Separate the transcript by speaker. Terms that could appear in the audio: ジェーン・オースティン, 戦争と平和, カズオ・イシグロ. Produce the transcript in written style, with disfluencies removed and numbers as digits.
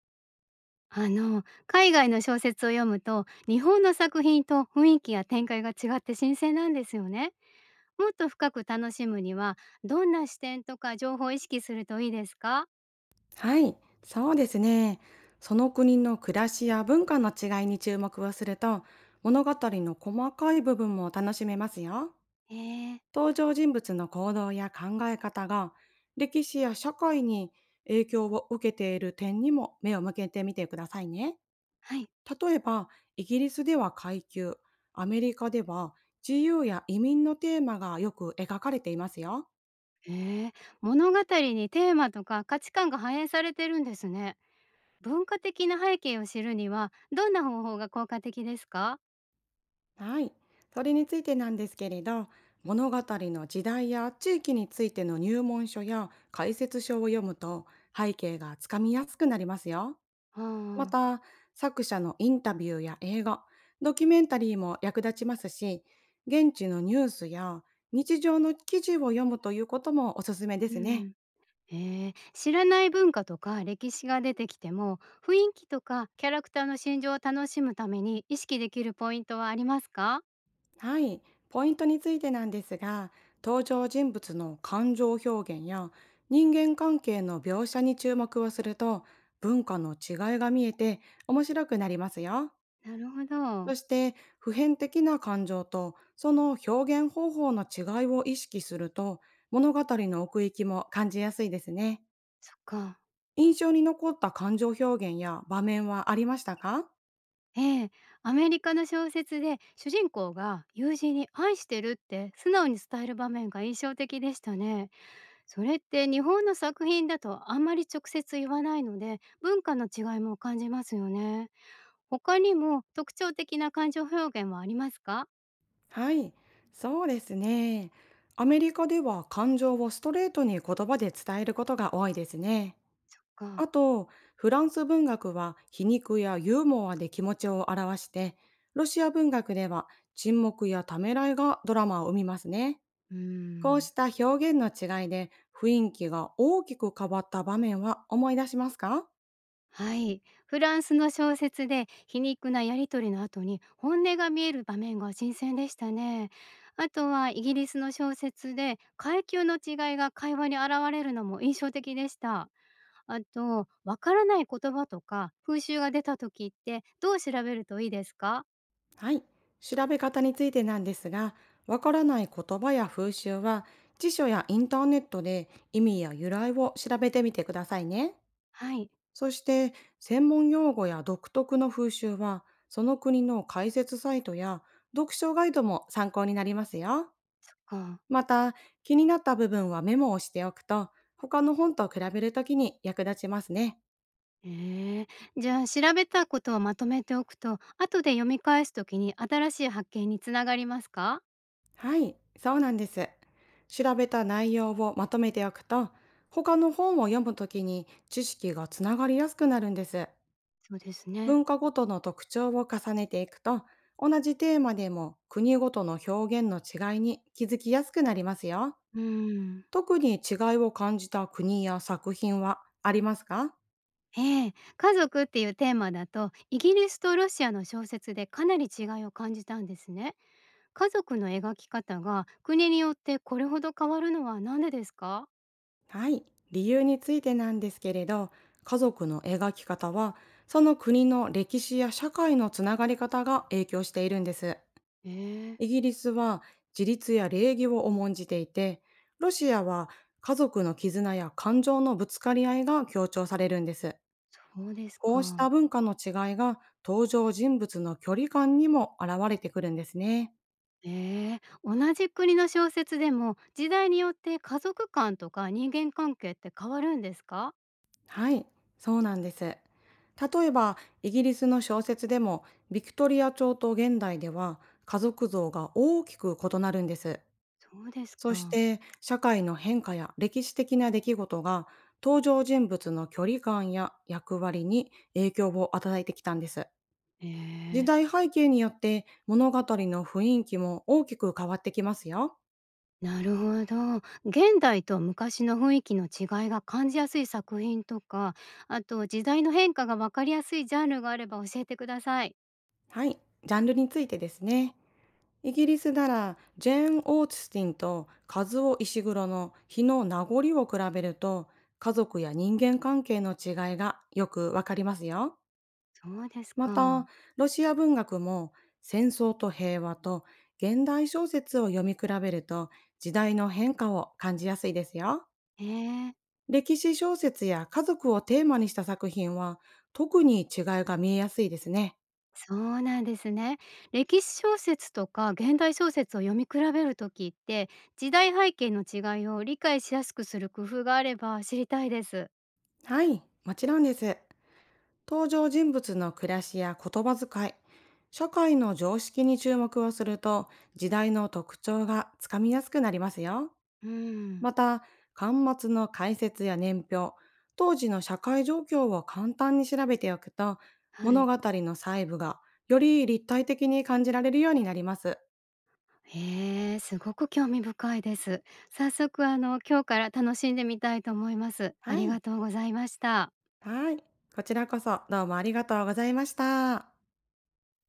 Speaker 1: あの海外の小説を読むと日本の作品と雰囲気や展開が違って新鮮なんですよね。もっと深く楽しむにはどんな視点とか情報を意識するといいですか？
Speaker 2: はい、そうですね。その国の暮らしや文化の違いに注目をすると、物語の細かい部分も楽しめますよ。
Speaker 1: えー、
Speaker 2: 登場人物の行動や考え方が、歴史や社会に影響を受けている点にも目を向けてみてくださいね。
Speaker 1: はい。
Speaker 2: 例えば、イギリスでは階級、アメリカでは自由や移民のテーマがよく描かれていますよ。
Speaker 1: えー、物語にテーマとか価値観が反映されてるんですね。文化的な背景を知るにはどんな方法が効果的ですか？
Speaker 2: はい。それについてなんですけれど、物語の時代や地域についての入門書や解説書を読むと、背景がつかみやすくなりますよ。
Speaker 1: あ
Speaker 2: ま
Speaker 1: ー。
Speaker 2: た、作者のインタビューや映画、ドキュメンタリーも役立ちますし、現地のニュースや日常の記事を読むということもおすすめで
Speaker 1: う
Speaker 2: すね。
Speaker 1: ん。へえ、知らない文化とか歴史が出てきても、雰囲気とかキャラクターの心情を楽しむために意識できるポイントはありますか？
Speaker 2: はい、ポイントについてなんですが、登場人物の感情表現や人間関係の描写に注目をすると、文化の違いが見えて面白くなりますよ。
Speaker 1: なるほ
Speaker 2: そ
Speaker 1: ど。
Speaker 2: して、普遍的な感情とその表現方法の違いを意識すると、物語の奥行きも感じやすいですね。
Speaker 1: そっか。
Speaker 2: 印象に残った感情表現や場面はありましたか？
Speaker 1: ええ、アメリカの小説で主人公が友人に愛してるって素直に伝える場面が印象的でしたね。それって日本の作品だとあんまり直接言わないので、文化の違いも感じますよね。他にも特徴的な感情表現はありますか？
Speaker 2: はい、そうですね。アメリカでは感情をストレートに言葉で伝えることが多いですね。
Speaker 1: そっ
Speaker 2: あ
Speaker 1: か。
Speaker 2: と、フランス文学は皮肉やユーモアで気持ちを表して、ロシア文学では沈黙やためらいがドラマを生みますね。
Speaker 1: うー
Speaker 2: こう
Speaker 1: ん。
Speaker 2: した表現の違いで雰囲気が大きく変わった場面は思い出しますか？
Speaker 1: はい。フランスの小説で皮肉なやり取りの後に本音が見える場面が新鮮でしたね。あとはイギリスの小説で階級の違いが会話に現れるのも印象的でした。あと、わからない言葉とか風習が出た時ってどう調べるといいですか？
Speaker 2: はい。調べ方についてなんですが、わからない言葉や風習は、辞書やインターネットで意味や由来を調べてみてくださいね。
Speaker 1: はい。
Speaker 2: そして、専門用語や独特の風習は、その国の解説サイトや読書ガイドも参考になりますよ。
Speaker 1: そっか。
Speaker 2: また、気になった部分はメモをしておくと、他の本と比べるときに役立ちますね。
Speaker 1: ええ、じゃあ調べたことをまとめておくと後で読み返す時に新しい発見につながりますか？
Speaker 2: はい、そうなんです。調べた内容をまとめておくと、他の本を読むときに知識がつながりやすくなるんです。
Speaker 1: そうですね。
Speaker 2: 文化ごとの特徴を重ねていくと、同じテーマでも国ごとの表現の違いに気づきやすくなりますよ。
Speaker 1: うん。
Speaker 2: 特に違いを感じた国や作品はありますか？
Speaker 1: ええ、家族っていうテーマだとイギリスとロシアの小説でかなり違いを感じたんですね。家族の描き方が国によってこれほど変わるのは何でですか？
Speaker 2: はい、理由についてなんですけれど、家族の描き方は、その国の歴史や社会のつながり方が影響しているんです。
Speaker 1: ええ、
Speaker 2: イギリスは自立や礼儀を重んじていて、ロシアは家族の絆や感情のぶつかり合いが強調されるんです。
Speaker 1: そうです
Speaker 2: こうした
Speaker 1: か。
Speaker 2: 文化の違いが登場人物の距離感にも現れてくるんですね。
Speaker 1: ええ、同じ国の小説でも時代によって家族観とか人間関係って変わるんですか？
Speaker 2: はい、そうなんです。例えば、イギリスの小説でも、ビクトリア朝と現代では家族像が大きく異なるんです。
Speaker 1: そうです
Speaker 2: そし
Speaker 1: か。
Speaker 2: て、社会の変化や歴史的な出来事が登場人物の距離感や役割に影響を与えてきたんです。
Speaker 1: え
Speaker 2: 時
Speaker 1: え。
Speaker 2: 代背景によって物語の雰囲気も大きく変わってきますよ。
Speaker 1: なるほど。現代と昔の雰囲気の違いが感じやすい作品とか、あと時代の変化がわかりやすいジャンルがあれば教えてください。
Speaker 2: はい、ジャンルについてですね。イギリスならジェーン・オースティンとカズオ・イシグロの日の名残を比べると、家族や人間関係の違いがよくわかりますよ。
Speaker 1: そうです
Speaker 2: また、
Speaker 1: か。
Speaker 2: ロシア文学も戦争と平和と現代小説を読み比べると、時代の変化を感じやすいですよ。
Speaker 1: ええ、
Speaker 2: 歴史小説や家族をテーマにした作品は、特に違いが見えやすいですね。
Speaker 1: そうなんですね。歴史小説とか現代小説を読み比べるときって、時代背景の違いを理解しやすくする工夫があれば知りたいです。
Speaker 2: はい、もちろんです。登場人物の暮らしや言葉遣い、社会の常識に注目をすると、時代の特徴がつかみやすくなりますよ。
Speaker 1: うん、
Speaker 2: また、巻末の解説や年表、当時の社会状況を簡単に調べておくと、
Speaker 1: は
Speaker 2: 物
Speaker 1: い。
Speaker 2: 語の細部がより立体的に感じられるようになります。
Speaker 1: へえ、すごく興味深いです。早速今日から楽しんでみたいと思います。あ
Speaker 2: は
Speaker 1: り
Speaker 2: い。
Speaker 1: がとうございました。
Speaker 2: はい。こちらこそどうもありがとうございました。